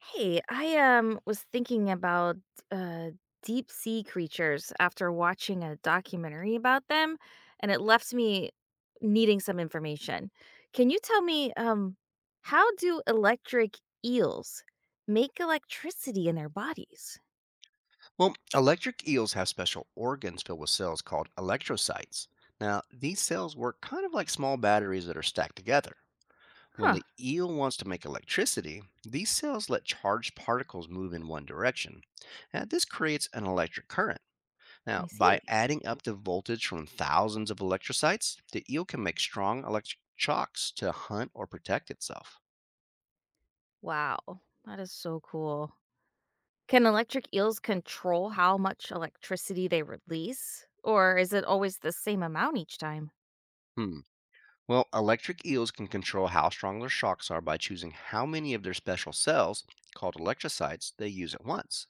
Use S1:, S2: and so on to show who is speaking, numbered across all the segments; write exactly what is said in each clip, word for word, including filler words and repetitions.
S1: Hey, I um was thinking about uh deep sea creatures after watching a documentary about them, and it left me needing some information. Can you tell me um how do electric eels make electricity in their bodies?
S2: Well, electric eels have special organs filled with cells called electrocytes. Now, these cells work kind of like small batteries that are stacked together. When
S1: Huh,
S2: the eel wants to make electricity, these cells let charged particles move in one direction. Now, this creates an electric current. Now,
S1: I
S2: by
S1: see.
S2: adding up the voltage from thousands of electrocytes, the eel can make strong electric shocks to hunt or protect itself.
S1: Wow, that is so cool. Can electric eels control how much electricity they release, or is it always the same amount each time?
S2: Hmm. Well, electric eels can control how strong their shocks are by choosing how many of their special cells, called electrocytes, they use at once.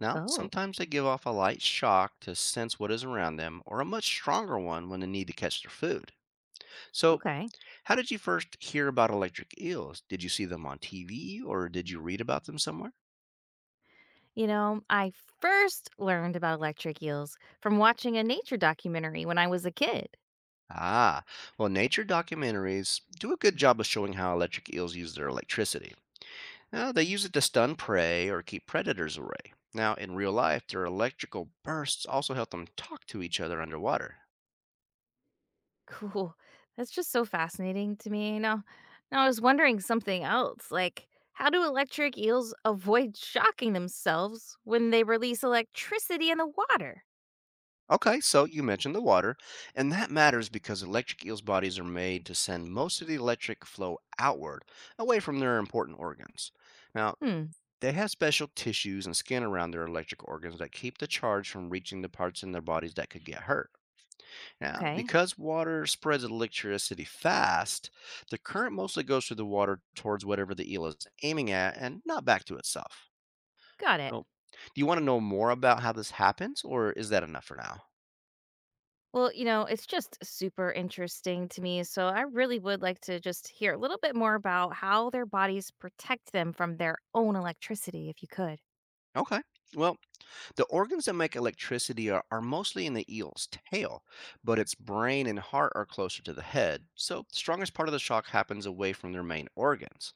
S2: Now,
S1: Oh,
S2: sometimes they give off a light shock to sense what is around them, or a much stronger one when they need to catch their food. So,
S1: okay.
S2: how did you first hear about electric eels? Did you see them on T V, or did you read about them somewhere?
S1: You know, I first learned about electric eels from watching a nature documentary when I was a kid.
S2: Ah, well, nature documentaries do a good job of showing how electric eels use their electricity. Uh, they use it to stun prey or keep predators away. Now, in real life, their electrical bursts also help them talk to each other underwater.
S1: Cool. That's just so fascinating to me. Now, now I was wondering something else, like how do electric eels avoid shocking themselves when they release electricity in the water?
S2: Okay, so you mentioned the water, and that matters because electric eels' bodies are made to send most of the electric flow outward, away from their important organs. Now,
S1: Hmm,
S2: they have special tissues and skin around their electric organs that keep the charge from reaching the parts in their bodies that could get hurt. Now,
S1: okay.
S2: because water spreads electricity fast, the current mostly goes through the water towards whatever the eel is aiming at and not back to itself.
S1: Got it.
S2: So, do you want to know more about how this happens, or is that enough for now?
S1: Well, you know, it's just super interesting to me, so I really would like to just hear a little bit more about how their bodies protect them from their own electricity if you could.
S2: Okay. Well, the organs that make electricity are, are mostly in the eel's tail, but its brain and heart are closer to the head. So, the strongest part of the shock happens away from their main organs.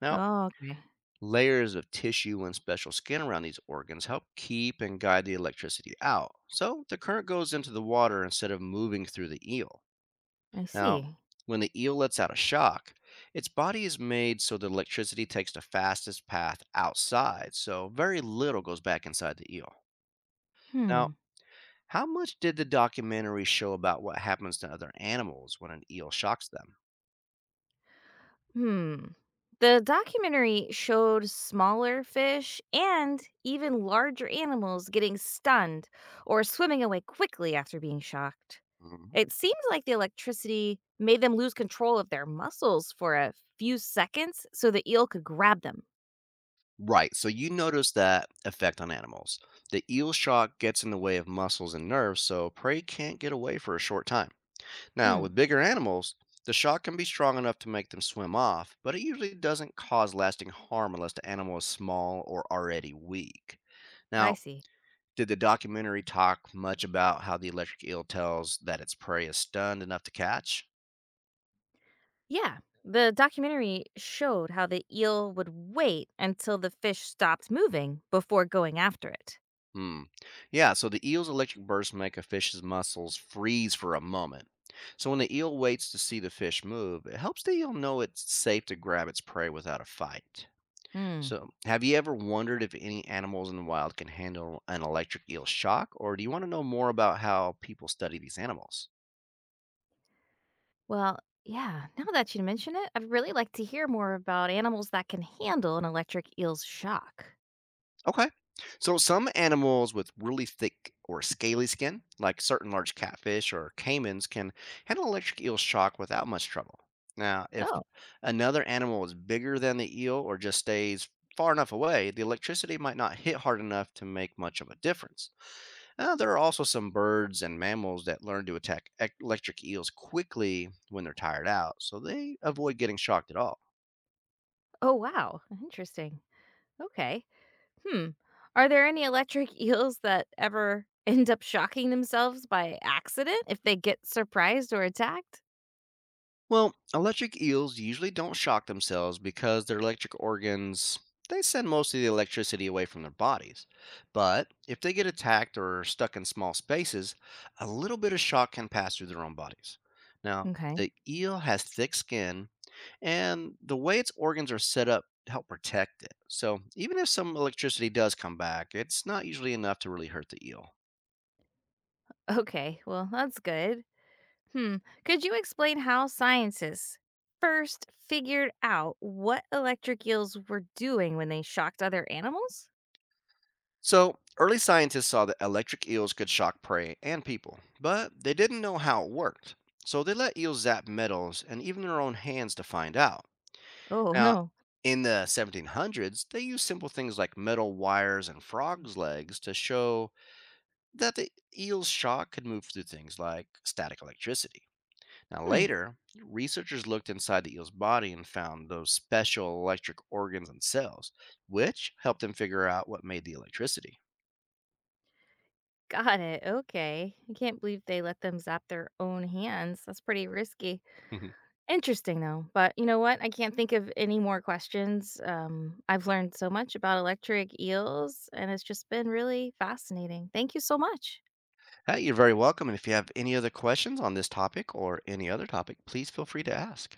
S2: Now,
S1: Oh, okay.
S2: layers of tissue and special skin around these organs help keep and guide the electricity out. So the current goes into the water instead of moving through the eel.
S1: I
S2: Now,
S1: see.
S2: when the eel lets out a shock, its body is made so the electricity takes the fastest path outside, so very little goes back inside the eel. Now,
S1: Hmm.
S2: how much did the documentary show about what happens to other animals when an eel shocks them?
S1: Hmm. The documentary showed smaller fish and even larger animals getting stunned or swimming away quickly after being shocked.
S2: Mhm.
S1: It seems like the electricity made them lose control of their muscles for a few seconds so the eel could grab them.
S2: Right, so you notice that effect on animals. The eel shock gets in the way of muscles and nerves, so prey can't get away for a short time. Now,
S1: Hmm.
S2: with bigger animals, the shock can be strong enough to make them swim off, but it usually doesn't cause lasting harm unless the animal is small or already weak.
S1: I
S2: Now,
S1: see.
S2: did the documentary talk much about how the electric eel tells that its prey is stunned enough to catch?
S1: Yeah. The documentary showed how the eel would wait until the fish stopped moving before going after it.
S2: Hmm. Yeah, so the eel's electric bursts make a fish's muscles freeze for a moment. So when the eel waits to see the fish move, it helps the eel know it's safe to grab its prey without a fight.
S1: Hmm.
S2: So, have you ever wondered if any animals in the wild can handle an electric eel shock, or do you want to know more about how people study these animals?
S1: Well, yeah, now that you mention it, I'd really like to hear more about animals that can handle an electric eel's shock.
S2: Okay. So some animals with really thick or scaly skin, like certain large catfish or caimans, can handle electric eel shock without much trouble. Now, if
S1: Oh,
S2: another animal is bigger than the eel or just stays far enough away, the electricity might not hit hard enough to make much of a difference. Uh, there are also some birds and mammals that learn to attack ec- electric eels quickly when they're tired out, so they avoid getting shocked at all.
S1: oh, wow. Interesting. Okay. Hmm. Are there any electric eels that ever end up shocking themselves by accident if they get surprised or attacked?
S2: Well, electric eels usually don't shock themselves because their electric organs they send most of the electricity away from their bodies. But if they get attacked or are stuck in small spaces, a little bit of shock can pass through their own bodies. Now,
S1: Okay.
S2: the eel has thick skin and the way its organs are set up help protect it. So, even if some electricity does come back, it's not usually enough to really hurt the eel.
S1: Okay. Well, that's good. Hmm. Could you explain how scientists first figured out what electric eels were doing when they shocked other animals?
S2: So, early scientists saw that electric eels could shock prey and people, but they didn't know how it worked. So, they let eels zap metals and even their own hands to find out.
S1: Oh,
S2: Now,
S1: no.
S2: in the seventeen hundreds, they used simple things like metal wires and frogs' legs to show that the eel's shock could move through things like static electricity. Now,
S1: Hmm.
S2: later, researchers looked inside the eel's body and found those special electric organs and cells, which helped them figure out what made the electricity.
S1: Got it, okay. I can't believe they let them zap their own hands, that's pretty risky. Interesting, though, but you know what? I can't think of any more questions, um, I've learned so much about electric eels, and it's just been really fascinating. Thank you so much.
S2: Hey, you're very welcome. And if you have any other questions on this topic or any other topic, please feel free to ask.